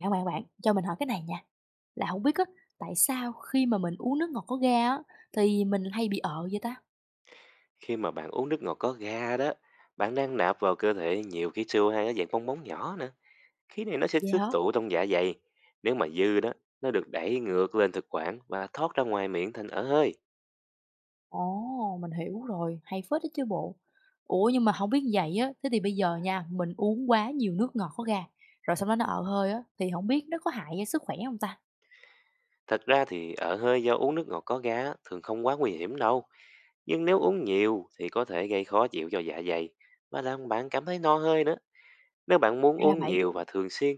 Bạn, cho mình hỏi cái này nha, là không biết á, tại sao khi mà mình uống nước ngọt có ga á, thì mình hay bị ợ vậy ta? Khi mà bạn uống nước ngọt có ga đó, bạn đang nạp vào cơ thể nhiều khí CO2 ở dạng bong bóng nhỏ nữa. Khí này nó sẽ Vậy tích hả? tụ trong dạ dày. Nếu mà dư đó, nó được đẩy ngược lên thực quản và thoát ra ngoài miệng thành ở hơi. Ồ, mình hiểu rồi, hay phết đó chứ bộ. Ủa, nhưng mà không biết như vậy á, thế thì bây giờ nha, mình uống quá nhiều nước ngọt có ga, rồi xong đó nó ợ hơi á, thì không biết nó có hại cho sức khỏe không ta? Thật ra thì ở hơi do uống nước ngọt có ga á, thường không quá nguy hiểm đâu. Nhưng nếu uống nhiều thì có thể gây khó chịu cho dạ dày và làm bạn cảm thấy no hơi nữa. Nếu bạn muốn Ra uống vậy, nhiều và thường xuyên,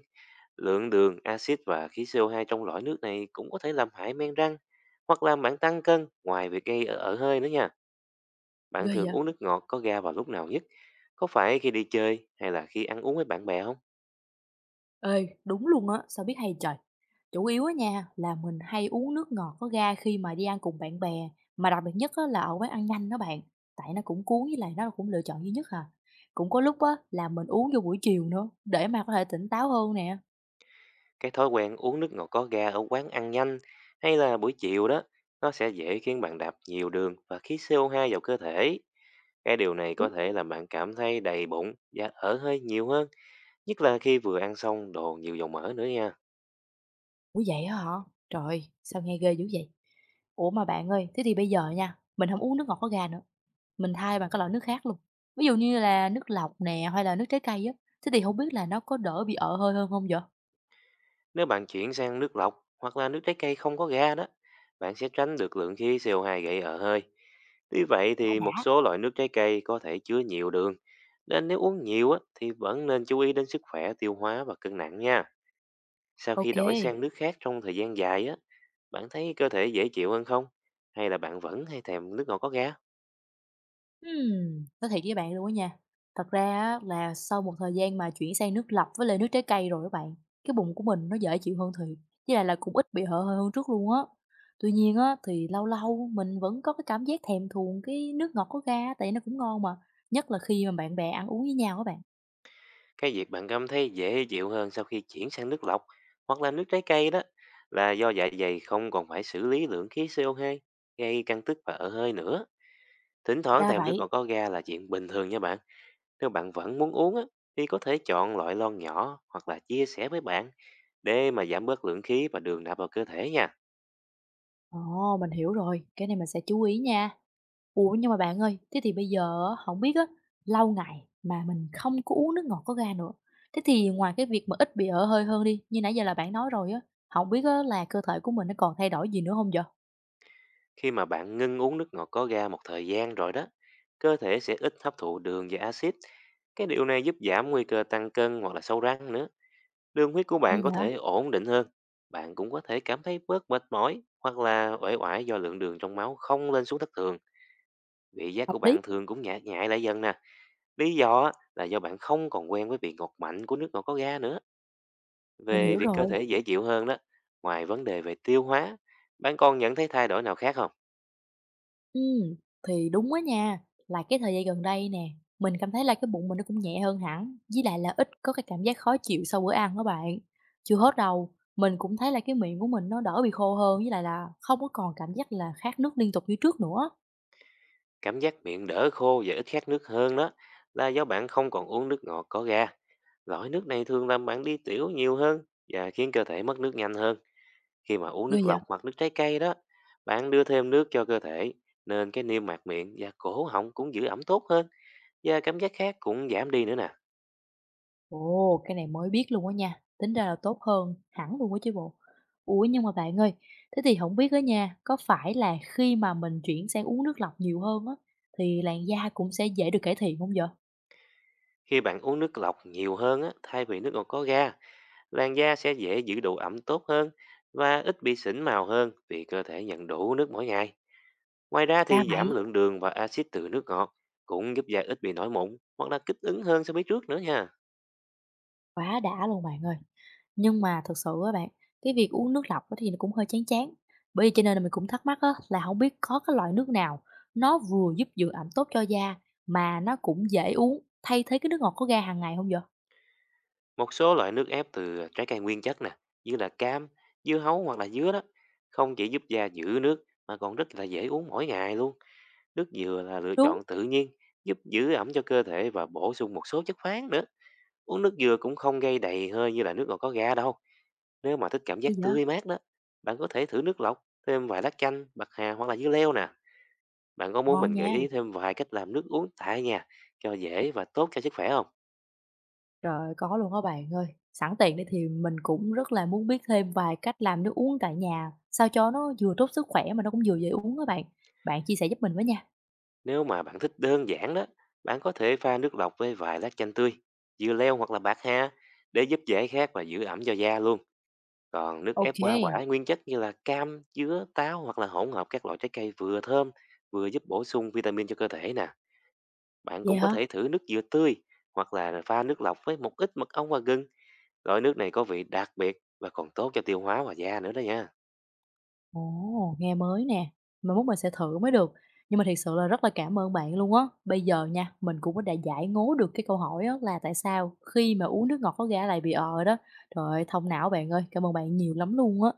Lượng đường, axit và khí CO2 trong lõi nước này cũng có thể làm hại men răng hoặc làm bạn tăng cân, ngoài việc gây ở hơi nữa nha. ghê Bạn thường vậy. uống nước ngọt có ga vào lúc nào nhất? Có phải khi đi chơi hay là khi ăn uống với bạn bè không? Ê, đúng luôn á, sao biết hay trời. Chủ yếu á nha là mình hay uống nước ngọt có ga khi mà đi ăn cùng bạn bè, mà đặc biệt nhất á là ở quán ăn nhanh đó bạn, tại nó cũng cuốn với lại nó cũng lựa chọn duy nhất à. Cũng có lúc á là mình uống vô buổi chiều nữa để mà có thể tỉnh táo hơn nè. Cái thói quen uống nước ngọt có ga ở quán ăn nhanh hay là buổi chiều đó, nó sẽ dễ khiến bạn đạp nhiều đường và khí CO2 vào cơ thể. Cái điều này có Đúng. thể làm bạn cảm thấy đầy bụng và ở hơi nhiều hơn, nhất là khi vừa ăn xong đồ nhiều dầu mỡ nữa nha. Ủa vậy hả? Trời, sao nghe ghê dữ vậy? Ủa mà bạn ơi, thế thì bây giờ nha, mình không uống nước ngọt có ga nữa. Mình thay bằng cái loại nước khác luôn. Ví dụ như là nước lọc nè hay là nước trái cây á. Thế thì không biết là nó có đỡ bị ợ hơi hơn không vậy? Nếu bạn chuyển sang nước lọc hoặc là nước trái cây không có ga đó, bạn sẽ tránh được lượng khí CO2 gây ở hơi. Tuy vậy Quá thì một đã. số loại nước trái cây có thể chứa nhiều đường, nên nếu uống nhiều á, thì vẫn nên chú ý đến sức khỏe tiêu hóa và cân nặng nha. Sau khi Ok. đổi sang nước khác trong thời gian dài á, bạn thấy cơ thể dễ chịu hơn không? Hay là bạn vẫn hay thèm nước ngọt có ga? Nói thiệt với bạn luôn á nha, thật ra á là sau một thời gian mà chuyển sang nước lọc với lại nước trái cây rồi các bạn, cái bụng của mình nó dễ chịu hơn thiệt, với lại là cũng ít bị hở hơi hơn trước luôn á. Tuy nhiên á thì lâu lâu mình vẫn có cái cảm giác thèm thuồng cái nước ngọt có ga tại nó cũng ngon mà, nhất là khi mà bạn bè ăn uống với nhau các bạn. Cái việc bạn cảm thấy dễ chịu hơn sau khi chuyển sang nước lọc hoặc là nước trái cây đó là do dạ dày không còn phải xử lý lượng khí CO2 gây căng tức và ở hơi nữa. Thỉnh thoảng Ra thèm nước vậy, ngọt có ga là chuyện bình thường nha bạn. Nếu bạn vẫn muốn uống á, thì có thể chọn loại lon nhỏ hoặc là chia sẻ với bạn để mà giảm bớt lượng khí và đường nạp vào cơ thể nha. ồ, mình hiểu rồi, cái này mình sẽ chú ý nha. Ủa, nhưng mà bạn ơi, thế thì bây giờ á, hổng biết á, lâu ngày mà mình không có uống nước ngọt có ga nữa, thế thì ngoài cái việc mà ít bị ợ hơi hơn đi, như nãy giờ là bạn nói rồi á, hổng biết á là cơ thể của mình nó còn thay đổi gì nữa hông vậy? Khi mà bạn ngưng uống nước ngọt có ga một thời gian rồi đó, cơ thể sẽ ít hấp thụ đường và axit. Cái điều này giúp giảm nguy cơ tăng cân hoặc là sâu răng nữa. Đường huyết của bạn Hay có vậy? thể ổn định hơn. Bạn cũng có thể cảm thấy bớt mệt mỏi hoặc là uể oải, do lượng đường trong máu không lên xuống thất thường. Vị giác Hợp của lý, bạn thường cũng nhẹ nhại lại dần nè. Lý do á, là do bạn không còn quen với vị ngọt mạnh của nước ngọt có ga nữa. mình Về hiểu việc cơ rồi. thể dễ chịu hơn đó, ngoài vấn đề về tiêu hóa, bạn còn nhận thấy thay đổi nào khác không? Ừm, thì đúng á nha, là cái thời gian gần đây nè, mình cảm thấy là cái bụng mình nó cũng nhẹ hơn hẳn, với lại là ít có cái cảm giác khó chịu sau bữa ăn á bạn. Chưa hết đâu, mình cũng thấy là cái miệng của mình nó đỡ bị khô hơn, với lại là không có còn cảm giác là khát nước liên tục như trước nữa. Cảm giác miệng đỡ khô và ít khát nước hơn đó là do bạn không còn uống nước ngọt có ga. Loại nước này thường làm bạn đi tiểu nhiều hơn và khiến cơ thể mất nước nhanh hơn. Khi mà uống Ghê nước vậy? lọc hoặc nước trái cây đó, bạn đưa thêm nước cho cơ thể, nên cái niêm mạc miệng và cổ họng cũng giữ ẩm tốt hơn, và cảm giác khát cũng giảm đi nữa nè. Ồ, cái này mới biết luôn á nha, tính ra là tốt hơn hẳn luôn á chứ bộ. Ủa nhưng mà bạn ơi, thế thì không biết á nha, có phải là khi mà mình chuyển sang uống nước lọc nhiều hơn á, thì làn da cũng sẽ dễ được cải thiện không vậy? Khi bạn uống nước lọc nhiều hơn á, thay vì nước ngọt có ga, làn da sẽ dễ giữ độ ẩm tốt hơn và ít bị sỉn màu hơn, vì cơ thể nhận đủ nước mỗi ngày. Ngoài ra Ra thì giảm vậy. lượng đường và axit từ nước ngọt cũng giúp da ít bị nổi mụn hoặc là kích ứng hơn so với trước nữa nha. Quá đã luôn bạn ơi. Nhưng mà thật sự á bạn, cái việc uống nước lọc á thì nó cũng hơi chán chán. Bởi vì cho nên là mình cũng thắc mắc á, là không biết có cái loại nước nào nó vừa giúp dưỡng ẩm tốt cho da mà nó cũng dễ uống, thay thế cái nước ngọt có ga hàng ngày không vậy? Một số loại nước ép từ trái cây nguyên chất nè, như là cam, dưa hấu hoặc là dứa đó, không chỉ giúp da giữ nước mà còn rất là dễ uống mỗi ngày luôn. Nước dừa là lựa Đúng. chọn tự nhiên, giúp giữ ẩm cho cơ thể và bổ sung một số chất khoáng nữa. Uống nước dừa cũng không gây đầy hơi như là nước ngọt có ga đâu. Nếu mà thích cảm giác Hay vậy? tươi mát đó, bạn có thể thử nước lọc, thêm vài lá chanh, bạc hà hoặc là dưa leo nè. Bạn có muốn Ngon mình gợi nha. ý thêm vài cách làm nước uống tại nhà cho dễ và tốt cho sức khỏe không? Trời ơi, có luôn á bạn ơi. Sẵn tiện đây thì mình cũng rất là muốn biết thêm vài cách làm nước uống tại nhà, sao cho nó vừa tốt sức khỏe mà nó cũng vừa dễ uống á bạn. Bạn chia sẻ giúp mình với nha. Nếu mà bạn thích đơn giản đó, bạn có thể pha nước lọc với vài lát chanh tươi, dưa leo hoặc là bạc hà, để giúp giải khát và giữ ẩm cho da luôn. Còn nước ép Ok, hoa quả nguyên chất như là cam, dứa, táo hoặc là hỗn hợp các loại trái cây vừa thơm, vừa giúp bổ sung vitamin cho cơ thể nè. Bạn Vậy cũng có hả? thể thử nước dừa tươi hoặc là pha nước lọc với một ít mật ong và gừng. Loại nước này có vị đặc biệt và còn tốt cho tiêu hóa và da nữa đó nha. Ồ, nghe mới nè. Mai mốt mình sẽ thử mới được. Nhưng mà thiệt sự là rất là cảm ơn bạn luôn á. Bây giờ nha, mình cũng đã giải ngố được cái câu hỏi á là tại sao khi mà uống nước ngọt có ga lại bị ờ đó. Trời ơi, thông não bạn ơi, cảm ơn bạn nhiều lắm luôn á.